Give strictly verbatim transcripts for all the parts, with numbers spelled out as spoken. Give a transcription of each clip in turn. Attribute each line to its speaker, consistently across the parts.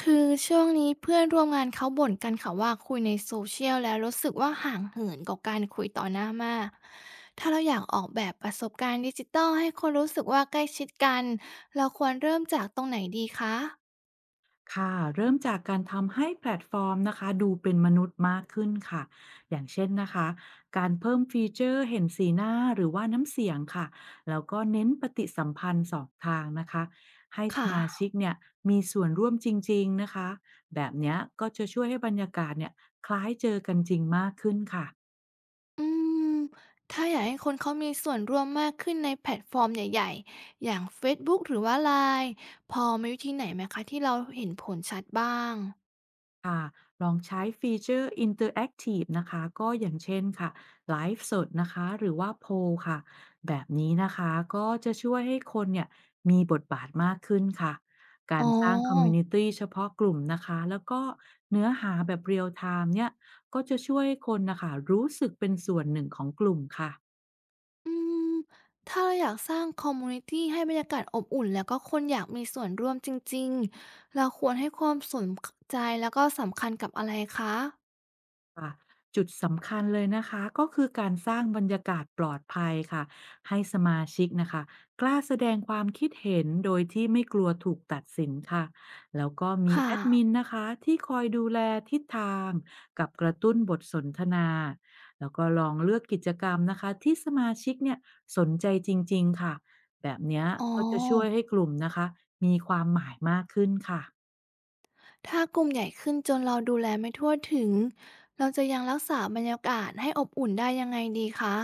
Speaker 1: คือช่วงนี้เพื่อนร่วมงานเขาบ่นกันค่ะว่าคุยในโซเชียลแล้วรู้สึกว่าห่างเหินกับการคุยต่อหน้ามากถ้าเราอยากออกแบบประสบการณ์ดิจิตัลให้คนรู้สึกว่าใกล้ชิดกันเราควรเริ่มจากตรงไหนดีคะ
Speaker 2: ค่ะเริ่มจากการทำให้แพลตฟอร์มนะคะดูเป็นมนุษย์มากขึ้นค่ะอย่างเช่นนะคะการเพิ่มฟีเจอร์เห็นสีหน้าหรือว่าน้ำเสียงค่ะแล้วก็เน้นปฏิสัมพันธ์สองทางนะคะให้
Speaker 1: ค
Speaker 2: สมา
Speaker 1: ่ะ
Speaker 2: ชิกเนี่ยมีส่วนร่วมจริงๆนะคะแบบเนี้ยก็จะช่วยให้บรรยากาศเนี่ยคล้ายเจอกันจริงมากขึ้นค่ะ
Speaker 1: อืมถ้าอยากให้คนเขามีส่วนร่วมมากขึ้นในแพลตฟอร์มใหญ่ๆอย่าง Facebook หรือว่าไลน e พอมีวิธีไหนไหมคะที่เราเห็นผลชัดบ้าง
Speaker 2: ค่ะลองใช้ฟีเจอร์ Interactive นะคะก็อย่างเช่นค่ะไลฟ์สดนะคะหรือว่าโพลค่ะแบบนี้นะคะก็จะช่วยให้คนเนี่ยมีบทบาทมากขึ้นค่ะกา
Speaker 1: อ๋
Speaker 2: ร
Speaker 1: อ
Speaker 2: สร้างคอมมูนิตี้เฉพาะกลุ่มนะคะแล้วก็เนื้อหาแบบเรียลไทม์เนี่ยก็จะช่วยให้คนนะคะรู้สึกเป็นส่วนหนึ่งของกลุ่มค่ะ
Speaker 1: อืมถ้าเราอยากสร้างคอมมูนิตีให้บรรยากาศอบอุ่นแล้วก็คนอยากมีส่วนร่วมจริงๆ เราควรให้ความสนใจแล้วก็สำคัญกับอะไรคะ
Speaker 2: ค่ะจุดสำคัญเลยนะคะก็คือการสร้างบรรยากาศปลอดภัยค่ะให้สมาชิกนะคะกล้าแสดงความคิดเห็นโดยที่ไม่กลัวถูกตัดสินค่ะแล้วก็มี
Speaker 1: ค่ะ
Speaker 2: แอดมินนะคะที่คอยดูแลทิศทางกับกระตุ้นบทสนทนาแล้วก็ลองเลือกกิจกรรมนะคะที่สมาชิกเนี่ยสนใจจริงๆค่ะแบบเนี้ย
Speaker 1: อ๋อ
Speaker 2: ก็จะช่วยให้กลุ่มนะคะมีความหมายมากขึ้นค่ะ
Speaker 1: ถ้ากลุ่มใหญ่ขึ้นจนเราดูแลไม่ทั่วถึง เราจะยังรักษาบรรยากาศให้อบอุ่นได้ยังไงดีคะ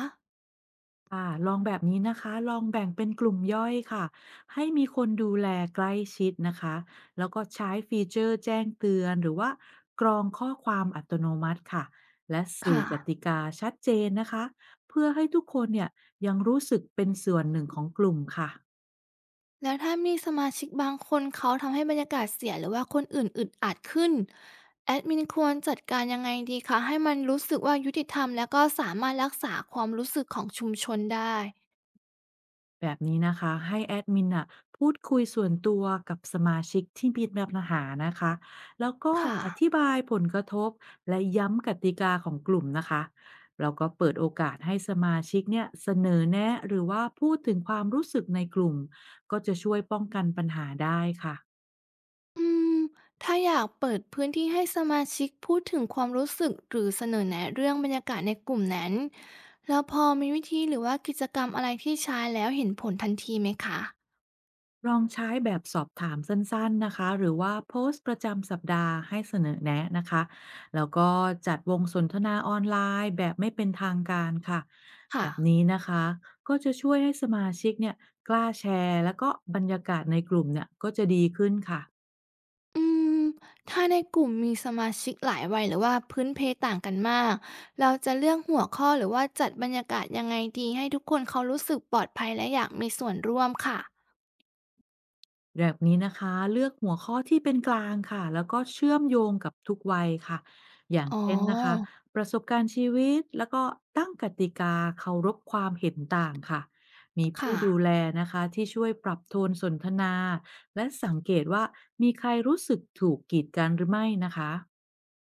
Speaker 2: ค่ะลองแบบนี้นะคะ ลองแบ่งเป็นกลุ่มย่อยค่ะ ให้มีคนดูแลใกล้ชิดนะคะ แล้วก็ใช้ฟีเจอร์แจ้งเตือนหรือว่ากรองข้อความอัตโนมัติค่ะ และสื่อ
Speaker 1: ค่ะ
Speaker 2: กติกาชัดเจนนะคะ เพื่อให้ทุกคนเนี่ยยังรู้สึกเป็นส่วนหนึ่งของกลุ่มค่ะ
Speaker 1: แล้วถ้ามีสมาชิกบางคนเขาทำให้บรรยากาศเสียหรือว่าคนอื่นอึดอัดขึ้นแอดมินควรจัดการยังไงดีคะให้มันรู้สึกว่ายุติธรรมแล้วก็สามารถรักษาความรู้สึกของชุมชนได้
Speaker 2: แบบนี้นะคะให้แอดมินอ่ะพูดคุยส่วนตัวกับสมาชิกที่มีปัญหานะคะแล้วก็
Speaker 1: ค่ะ
Speaker 2: อธิบายผลกระทบและย้ำกติกาของกลุ่มนะคะแล้วก็เปิดโอกาสให้สมาชิกเนี่ยเสนอแนะหรือว่าพูดถึงความรู้สึกในกลุ่มก็จะช่วยป้องกันปัญหาได้ค่ะ
Speaker 1: อืมถ้าอยากเปิดพื้นที่ให้สมาชิกพูดถึงความรู้สึกหรือเสนอแนะเรื่องบรรยากาศในกลุ่มนั้นแล้วพอมีวิธีหรือว่ากิจกรรมอะไรที่ใช้แล้วเห็นผลทันทีไหมคะ
Speaker 2: ลองใช้แบบสอบถามสั้นๆ นะคะ หรือว่าโพสต์ประจำสัปดาห์ให้เสนอแนะนะคะ แล้วก็จัดวงสนทนาออนไลน์แบบไม่เป็นทางการค่ะ แบบ
Speaker 1: ค่ะ
Speaker 2: นี้นะคะ ก็จะช่วยให้สมาชิกเนี่ยกล้าแชร์แล้วก็บรรยากาศในกลุ่มเนี่ยก็จะดีขึ้นค่ะ
Speaker 1: อืมถ้าในกลุ่มมีสมาชิกหลายวัยหรือว่าพื้นเพต่างกันมากเราจะเลือกหัวข้อหรือว่าจัดบรรยากาศยังไงดีให้ทุกคนเขารู้สึกปลอดภัยและอยากมีส่วนร่วมค่ะ
Speaker 2: แบบนี้นะคะเลือกหัวข้อที่เป็นกลางค่ะแล้วก็เชื่อมโยงกับทุกวัยค่ะอย่าง
Speaker 1: อ๋
Speaker 2: เช่นนะคะ
Speaker 1: อ
Speaker 2: ประสบการณ์ชีวิตแล้วก็ตั้งกติกาเคารพความเห็นต่างค่ะมีผู้
Speaker 1: ค่ะ
Speaker 2: ดูแลนะคะที่ช่วยปรับโทนสนทนาและสังเกตว่ามีใครรู้สึกถูกกีดกันหรือไม่นะคะ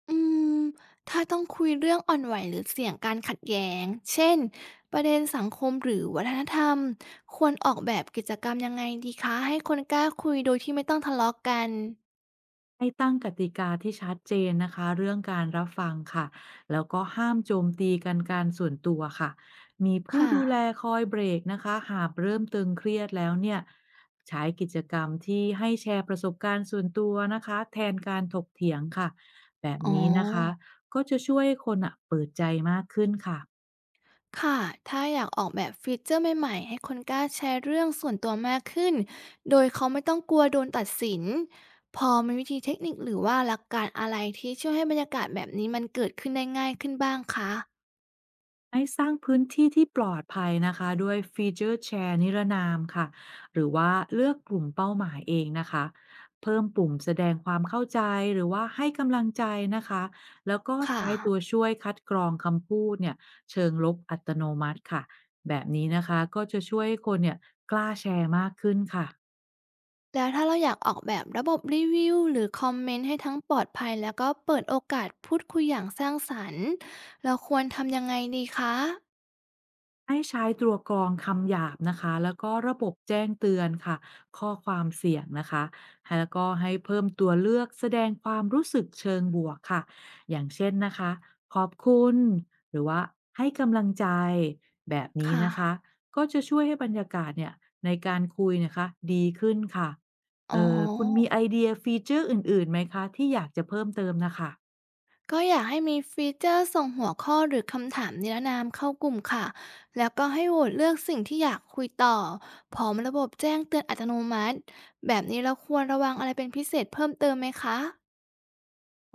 Speaker 1: อืมถ้าต้องคุยเรื่องอ่อนไหวหรือเสี่ยงการขัดแย้งเช่นประเด็นสังคมหรือวัฒนธรรมควรออกแบบกิจกรรมยังไงดีคะให้คนกล้าคุยโดยที่ไม่ต้องทะเลาะกัน
Speaker 2: ให้ตั้งกติกาที่ชัดเจนนะคะเรื่องการรับฟังค่ะแล้วก็ห้ามโจมตีกันการส่วนตัวค่ะมีผู้
Speaker 1: ค่ะ
Speaker 2: ดูแลคอยเบรกนะคะหากเริ่มตึงเครียดแล้วเนี่ยใช้กิจกรรมที่ให้แชร์ประสบการณ์ส่วนตัวนะคะแทนการถกเถียงค่ะแบบ
Speaker 1: อ๋อ
Speaker 2: นี้นะคะก็จะช่วยให้คนอะเปิดใจมากขึ้นค่ะ
Speaker 1: ค่ะถ้าอยากออกแบบฟีเจอร์ใหม่ๆให้คนกล้าแชร์เรื่องส่วนตัวมากขึ้นโดยเขาไม่ต้องกลัวโดนตัดสิน พอมีวิธีเทคนิคหรือว่าหลักการอะไรที่ช่วยให้บรรยากาศแบบนี้มันเกิดขึ้นได้ง่ายขึ้นบ้างคะ
Speaker 2: ให้สร้างพื้นที่ที่ปลอดภัยนะคะด้วยฟีเจอร์แชร์นิรนามค่ะหรือว่าเลือกกลุ่มเป้าหมายเองนะคะเพิ่มปุ่มแสดงความเข้าใจหรือว่าให้กำลังใจนะคะแล้วก็
Speaker 1: ค
Speaker 2: ใช้ตัว
Speaker 1: ่ะ
Speaker 2: ช่วยคัดกรองคำพูดเนี่ยเชิงลบอัตโนมัติค่ะแบบนี้นะคะก็จะช่วยให้คนเนี่ยกล้าแชร์มากขึ้นค่ะ
Speaker 1: แล้วถ้าเราอยากออกแบบระบบรีวิวหรือคอมเมนต์ให้ทั้งปลอดภัยแล้วก็เปิดโอกาสพูดคุยอย่างสร้างสรรค์เราควรทำยังไงดีคะ
Speaker 2: ให้ใช้ตัวกรองคำหยาบนะคะแล้วก็ระบบแจ้งเตือนค่ะข้อความเสี่ยงนะคะให้แล้วก็ให้เพิ่มตัวเลือกแสดงความรู้สึกเชิงบวกค่ะอย่างเช่นนะคะขอบคุณ หรือว่าให้กำลังใจแบบ
Speaker 1: ค
Speaker 2: นี้นะคะ
Speaker 1: ่ะ
Speaker 2: ก็จะช่วยให้บรรยากาศเนี่ยในการคุยนะคะดีขึ้นค่ะ
Speaker 1: อ๋
Speaker 2: เอ
Speaker 1: อ
Speaker 2: อคุณมีไอเดียฟีเจอร์อื่นๆไหมคะที่อยากจะเพิ่มเติมนะคะ
Speaker 1: ก็อยากให้มีฟีเจอร์ส่งหัวข้อหรือคำถามนิรนามเข้ากลุ่มค่ะ แล้วก็ให้โหวตเลือกสิ่งที่อยากคุยต่อ พร้อมระบบแจ้งเตือนอัตโนมัติ แบบนี้เราควรระวังอะไรเป็นพิเศษเพิ่มเติมไหมคะ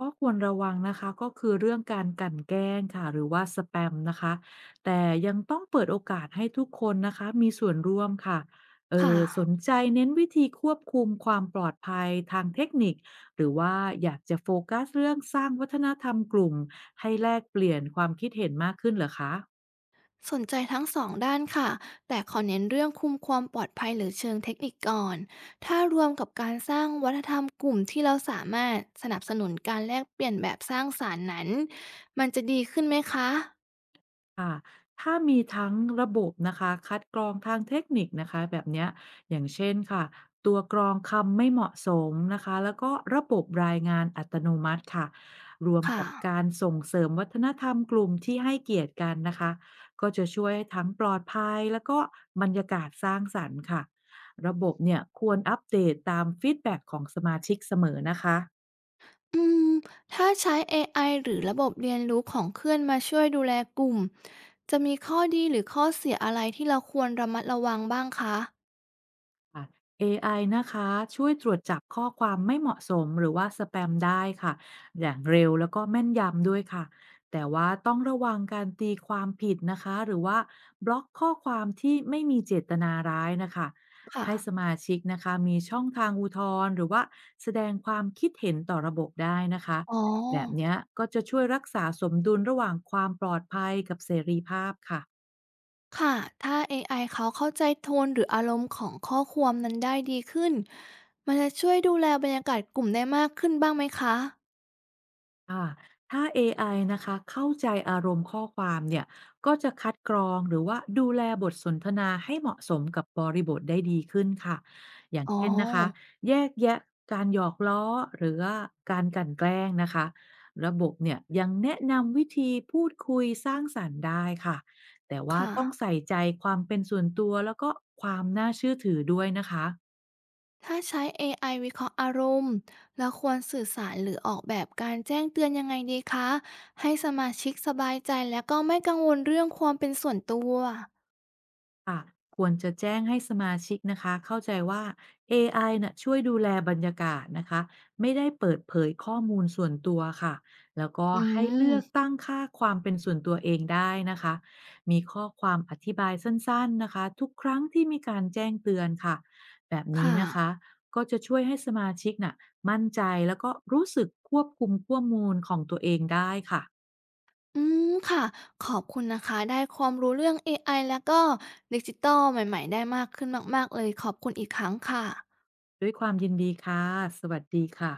Speaker 2: ก็ควรระวังนะคะก็คือเรื่องการกลั่นแกล้งค่ะหรือว่าสแปมนะคะแต่ยังต้องเปิดโอกาสให้ทุกคนนะคะมีส่วนร่วมค่ะเอ
Speaker 1: ค่ะ
Speaker 2: อสนใจเน้นวิธีควบคุมความปลอดภัยทางเทคนิคหรือว่าอยากจะโฟกัสเรื่องสร้างวัฒนธรรมกลุ่มให้แลกเปลี่ยนความคิดเห็นมากขึ้นเหรอคะ
Speaker 1: สนใจทั้งสองด้านค่ะ แต่ขอเน้นเรื่องคุมความปลอดภัยหรือเชิงเทคนิคก่อน ถ้ารวมกับการสร้างวัฒนธรรมกลุ่มที่เราสามารถสนับสนุนการแลกเปลี่ยนแบบสร้างสรรค์นั้นมันจะดีขึ้นไหมคะ
Speaker 2: ค่ะถ้ามีทั้งระบบนะคะคัดกรองทางเทคนิคนะคะแบบเนี้ยอย่างเช่นค่ะตัวกรองคำไม่เหมาะสมนะคะแล้วก็ระบบรายงานอัตโนมัติค่ะรวม
Speaker 1: ค
Speaker 2: กับ
Speaker 1: ่ะ
Speaker 2: การส่งเสริมวัฒนธรรมกลุ่มที่ให้เกียรติกันนะคะก็จะช่วยให้ทั้งปลอดภัยแล้วก็บรรยากาศสร้างสรรค์ค่ะระบบเนี่ยควรอัปเดตตามฟีดแบ็กของสมาชิกเสมอนะคะ
Speaker 1: อืมถ้าใช้เอไอหรือระบบเรียนรู้ของเพื่อนมาช่วยดูแลกลุ่มจะมีข้อดีหรือข้อเสียอะไรที่เราควรระมัดระวังบ้างคะ
Speaker 2: ค่ะ เอ ไอ นะคะช่วยตรวจจับข้อความไม่เหมาะสมหรือว่าสแปมได้ค่ะอย่างเร็วแล้วก็แม่นยำด้วยค่ะแต่ว่าต้องระวังการตีความผิดนะคะหรือว่าบล็อกข้อความที่ไม่มีเจตนาร้ายนะคะให้ส
Speaker 1: ค่ะ
Speaker 2: มาชิกนะคะมีช่องทางอุทธรณ์หรือว่าแสดงความคิดเห็นต่อระบบได้นะคะ
Speaker 1: อ๋
Speaker 2: แบบ
Speaker 1: อ
Speaker 2: เนี้ยก็จะช่วยรักษาสมดุลระหว่างความปลอดภัยกับเสรีภาพค่ะ
Speaker 1: ค่ะถ้าเอไอเขาเข้าใจโทนหรืออารมณ์ของข้อความนั้นได้ดีขึ้น มันจะช่วยดูแลบรรยากาศกลุ่มได้มากขึ้นบ้างไหมคะ
Speaker 2: ค่ะถ้าเอไอนะคะเข้าใจอารมณ์ข้อความเนี่ยก็จะคัดกรองหรือว่าดูแลบทสนทนาให้เหมาะสมกับบริบทได้ดีขึ้นค่ะอย่าง
Speaker 1: อ๋อ
Speaker 2: เช่นนะคะแยกแยะการหยอกล้อหรือว่าการกลั่นแกล้งนะคะระบบเนี่ยยังแนะนำวิธีพูดคุยสร้างสรรค์ได้ค่ะแต่ว่า
Speaker 1: ค่ะ
Speaker 2: ต้องใส่ใจความเป็นส่วนตัวแล้วก็ความน่าเชื่อถือด้วยนะคะ
Speaker 1: ถ้าใช้ เอ ไอ วิเคราะห์อารมณ์ แล้วควรสื่อสารหรือออกแบบการแจ้งเตือนยังไงดีคะ ให้สมาชิกสบายใจและก็ไม่กังวลเรื่องความเป็นส่วนตัว
Speaker 2: ค่ะควรจะแจ้งให้สมาชิกนะคะเข้าใจว่า เอ ไอ น่ะช่วยดูแลบรรยากาศนะคะไม่ได้เปิดเผยข้อมูลส่วนตัวค่ะแล้วก็
Speaker 1: อื
Speaker 2: ให้เลือก
Speaker 1: ม
Speaker 2: ตั้งค่าความเป็นส่วนตัวเองได้นะคะมีข้อความอธิบายสั้นๆนะคะทุกครั้งที่มีการแจ้งเตือนค่ะแบบนี้
Speaker 1: ค่ะ
Speaker 2: นะคะก็จะช่วยให้สมาชิกน่ะมั่นใจแล้วก็รู้สึกควบคุมข้อมูลของตัวเองได้ค่ะ
Speaker 1: อืมค่ะ ขอบคุณนะคะได้ความรู้เรื่อง เอ ไอ แล้วก็ดิจิตอลใหม่ๆ ได้มากขึ้นมากๆ เลย ขอบคุณอีกครั้งค่ะ
Speaker 2: ด้วยความยินดีค่ะสวัสดีค่ะ